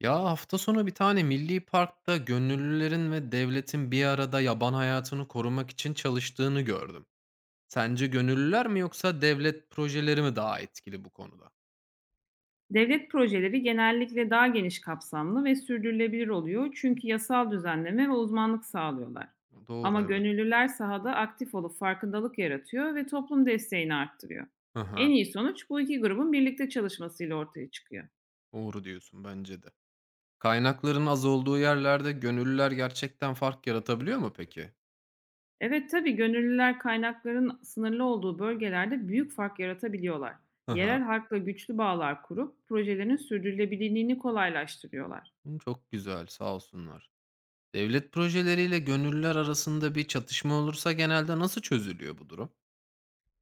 Ya hafta sonu bir tane milli parkta gönüllülerin ve devletin bir arada yaban hayatını korumak için çalıştığını gördüm. Sence gönüllüler mi yoksa devlet projeleri mi daha etkili bu konuda? Devlet projeleri genellikle daha geniş kapsamlı ve sürdürülebilir oluyor çünkü yasal düzenleme ve uzmanlık sağlıyorlar. Doğru, Ama evet. gönüllüler sahada aktif olup farkındalık yaratıyor ve toplum desteğini arttırıyor. Hı En hı, iyi sonuç bu iki grubun birlikte çalışmasıyla ortaya çıkıyor. doğru diyorsun bence de. Kaynakların az olduğu yerlerde gönüllüler gerçekten fark yaratabiliyor mu peki? Evet tabii gönüllüler kaynakların sınırlı olduğu bölgelerde büyük fark yaratabiliyorlar. Hı hı. Yerel halkla güçlü bağlar kurup projelerin sürdürülebilirliğini kolaylaştırıyorlar. Çok güzel, sağ olsunlar. Devlet projeleriyle gönüllüler arasında bir çatışma olursa genelde nasıl çözülüyor bu durum?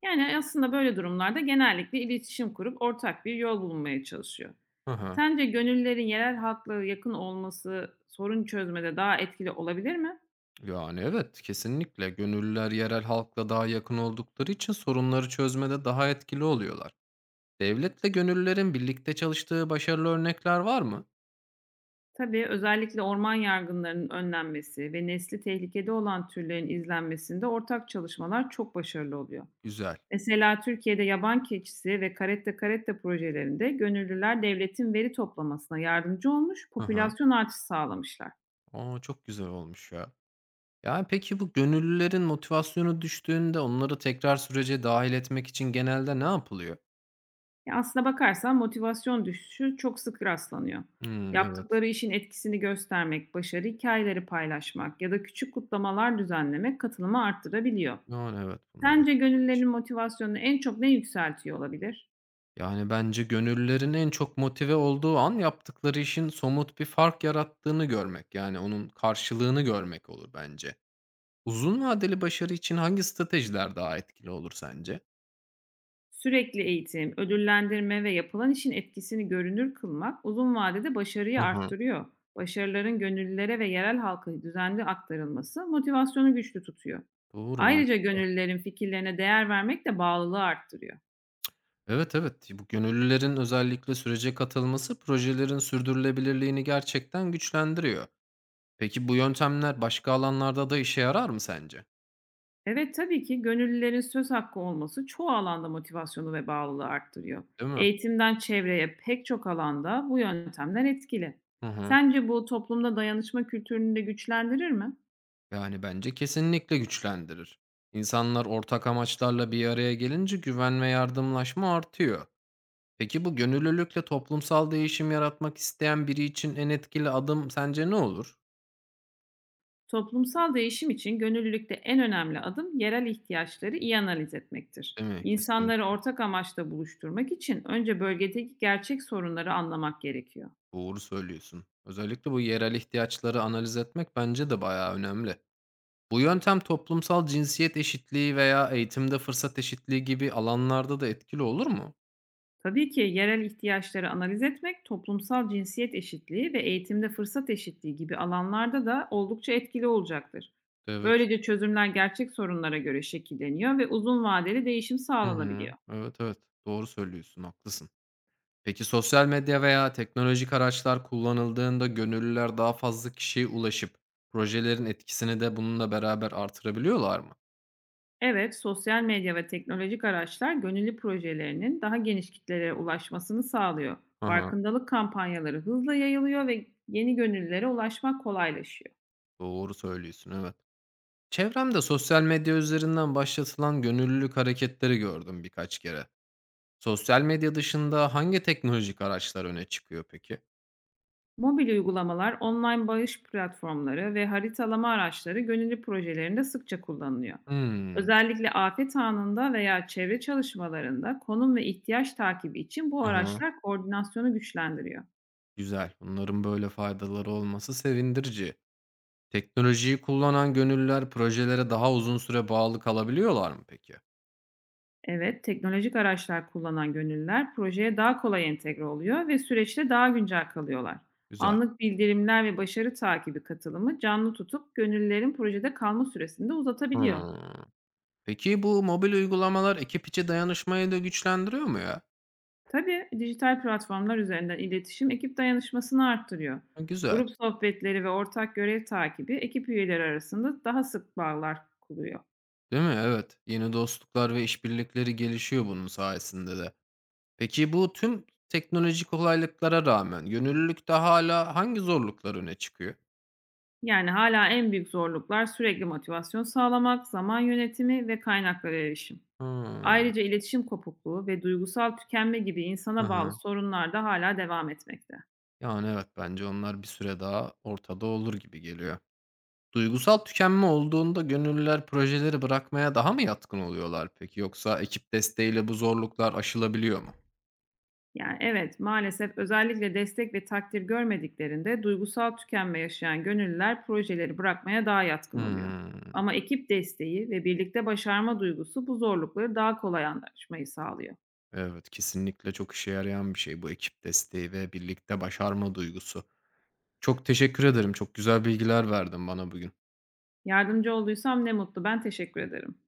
Yani aslında böyle durumlarda genellikle iletişim kurup ortak bir yol bulunmaya çalışıyor. Hı hı. Sence gönüllerin yerel halkla yakın olması sorun çözmede daha etkili olabilir mi? Yani evet, kesinlikle gönüllüler yerel halkla daha yakın oldukları için sorunları çözmede daha etkili oluyorlar. Devletle gönüllülerin birlikte çalıştığı başarılı örnekler var mı? Tabii özellikle orman yargınlarının önlenmesi ve nesli tehlikede olan türlerin izlenmesinde ortak çalışmalar çok başarılı oluyor. Güzel. Mesela Türkiye'de yaban keçisi ve karette karette projelerinde gönüllüler devletin veri toplamasına yardımcı olmuş, Hı hı. popülasyon artışı sağlamışlar. Aa, çok güzel olmuş ya. Yani peki bu gönüllülerin motivasyonu düştüğünde onları tekrar sürece dahil etmek için genelde ne yapılıyor? Ya, aslına bakarsan motivasyon düşüşü çok sık rastlanıyor. Hmm, evet. Yaptıkları işin etkisini göstermek, başarı hikayeleri paylaşmak ya da küçük kutlamalar düzenlemek katılımı arttırabiliyor. Yani evet, bunlar Sence etkileyici. gönüllerin motivasyonunu en çok ne yükseltiyor olabilir? Yani, bence gönüllülerin en çok motive olduğu an yaptıkları işin somut bir fark yarattığını görmek, yani, onun karşılığını görmek olur bence. Uzun vadeli başarı için hangi stratejiler daha etkili olur sence? Sürekli eğitim, ödüllendirme ve yapılan işin etkisini görünür kılmak uzun vadede başarıyı Hı hı. arttırıyor. Başarıların gönüllülere ve yerel halka düzenli aktarılması motivasyonu güçlü tutuyor. Doğru, mu? Ayrıca gönüllülerin fikirlerine değer vermek de bağlılığı arttırıyor. Evet, evet. Bu gönüllülerin özellikle sürece katılması projelerin sürdürülebilirliğini gerçekten güçlendiriyor. Peki bu yöntemler başka alanlarda da işe yarar mı sence? Evet, tabii ki gönüllülerin söz hakkı olması çoğu alanda motivasyonu ve bağlılığı arttırıyor. Değil mi? Eğitimden çevreye pek çok alanda bu yöntemler etkili. Hı hı. Sence bu toplumda dayanışma kültürünü de güçlendirir mi? Yani bence kesinlikle güçlendirir. İnsanlar ortak amaçlarla bir araya gelince güven ve yardımlaşma artıyor. Peki bu gönüllülükle toplumsal değişim yaratmak isteyen biri için en etkili adım sence ne olur? Toplumsal değişim için gönüllülükte en önemli adım yerel ihtiyaçları iyi analiz Değil etmektir. mi? İnsanları Kesinlikle. ortak amaçta buluşturmak için önce bölgedeki gerçek sorunları anlamak gerekiyor. Doğru söylüyorsun. Özellikle bu yerel ihtiyaçları analiz etmek bence de bayağı önemli. Bu yöntem toplumsal cinsiyet eşitliği veya eğitimde fırsat eşitliği gibi alanlarda da etkili olur mu? Tabii ki yerel ihtiyaçları analiz etmek, toplumsal cinsiyet eşitliği ve eğitimde fırsat eşitliği gibi alanlarda da oldukça etkili olacaktır. Evet. Böylece çözümler gerçek sorunlara göre şekilleniyor ve uzun vadeli değişim Hı hı. sağlanabiliyor. Evet, evet. Doğru söylüyorsun. Haklısın. Peki sosyal medya veya teknolojik araçlar kullanıldığında gönüllüler daha fazla kişiye ulaşıp projelerin etkisini de bununla beraber artırabiliyorlar mı? Evet, sosyal medya ve teknolojik araçlar gönüllü projelerinin daha geniş kitlelere ulaşmasını sağlıyor. Hı hı, Farkındalık kampanyaları hızla yayılıyor ve yeni gönüllülere ulaşmak kolaylaşıyor. doğru söylüyorsun, evet. Çevremde sosyal medya üzerinden başlatılan gönüllülük hareketleri gördüm birkaç kere. Sosyal medya dışında hangi teknolojik araçlar öne çıkıyor peki? Mobil uygulamalar, online bağış platformları ve haritalama araçları gönüllü projelerinde sıkça kullanılıyor. Hmm, Özellikle afet anında veya çevre çalışmalarında konum ve ihtiyaç takibi için bu hı hı, araçlar koordinasyonu güçlendiriyor. güzel. Bunların böyle faydaları olması sevindirici. Teknolojiyi kullanan gönüllüler projelere daha uzun süre bağlı kalabiliyorlar mı peki? Evet, teknolojik araçlar kullanan gönüllüler projeye daha kolay entegre oluyor ve süreçte daha güncel kalıyorlar. Güzel. Anlık bildirimler ve başarı takibi katılımı canlı tutup gönüllülerin projede kalma süresini de uzatabiliyor. Hımm. Peki bu mobil uygulamalar ekip içi dayanışmayı da güçlendiriyor mu ya? Tabii, dijital platformlar üzerinden iletişim ekip dayanışmasını arttırıyor. Ha, güzel. Grup sohbetleri ve ortak görev takibi ekip üyeleri arasında daha sık bağlar kuruyor. Değil mi? Evet. Yeni dostluklar ve işbirlikleri gelişiyor bunun sayesinde de. Peki bu tüm teknolojik kolaylıklara rağmen gönüllülükte hala hangi zorluklar öne çıkıyor? Yani hala en büyük zorluklar sürekli motivasyon sağlamak, zaman yönetimi ve kaynaklara erişim. Hımm. Ayrıca iletişim kopukluğu ve duygusal tükenme gibi Hı insana bağlı hı. sorunlar da hala devam etmekte. Yani, evet, bence onlar bir süre daha ortada olur gibi geliyor. Duygusal tükenme olduğunda gönüllüler projeleri bırakmaya daha mı yatkın oluyorlar peki? Yoksa ekip desteğiyle bu zorluklar aşılabiliyor mu? Yani, evet, maalesef özellikle destek ve takdir görmediklerinde duygusal tükenme yaşayan gönüllüler projeleri bırakmaya daha yatkın oluyor. Hımm. Ama ekip desteği ve birlikte başarma duygusu bu zorlukları daha kolay anlaşmayı sağlıyor. Evet, kesinlikle çok işe yarayan bir şey bu ekip desteği ve birlikte başarma duygusu. Çok teşekkür ederim. Çok güzel bilgiler verdin bana bugün. Yardımcı olduysam ne mutlu, ben teşekkür ederim.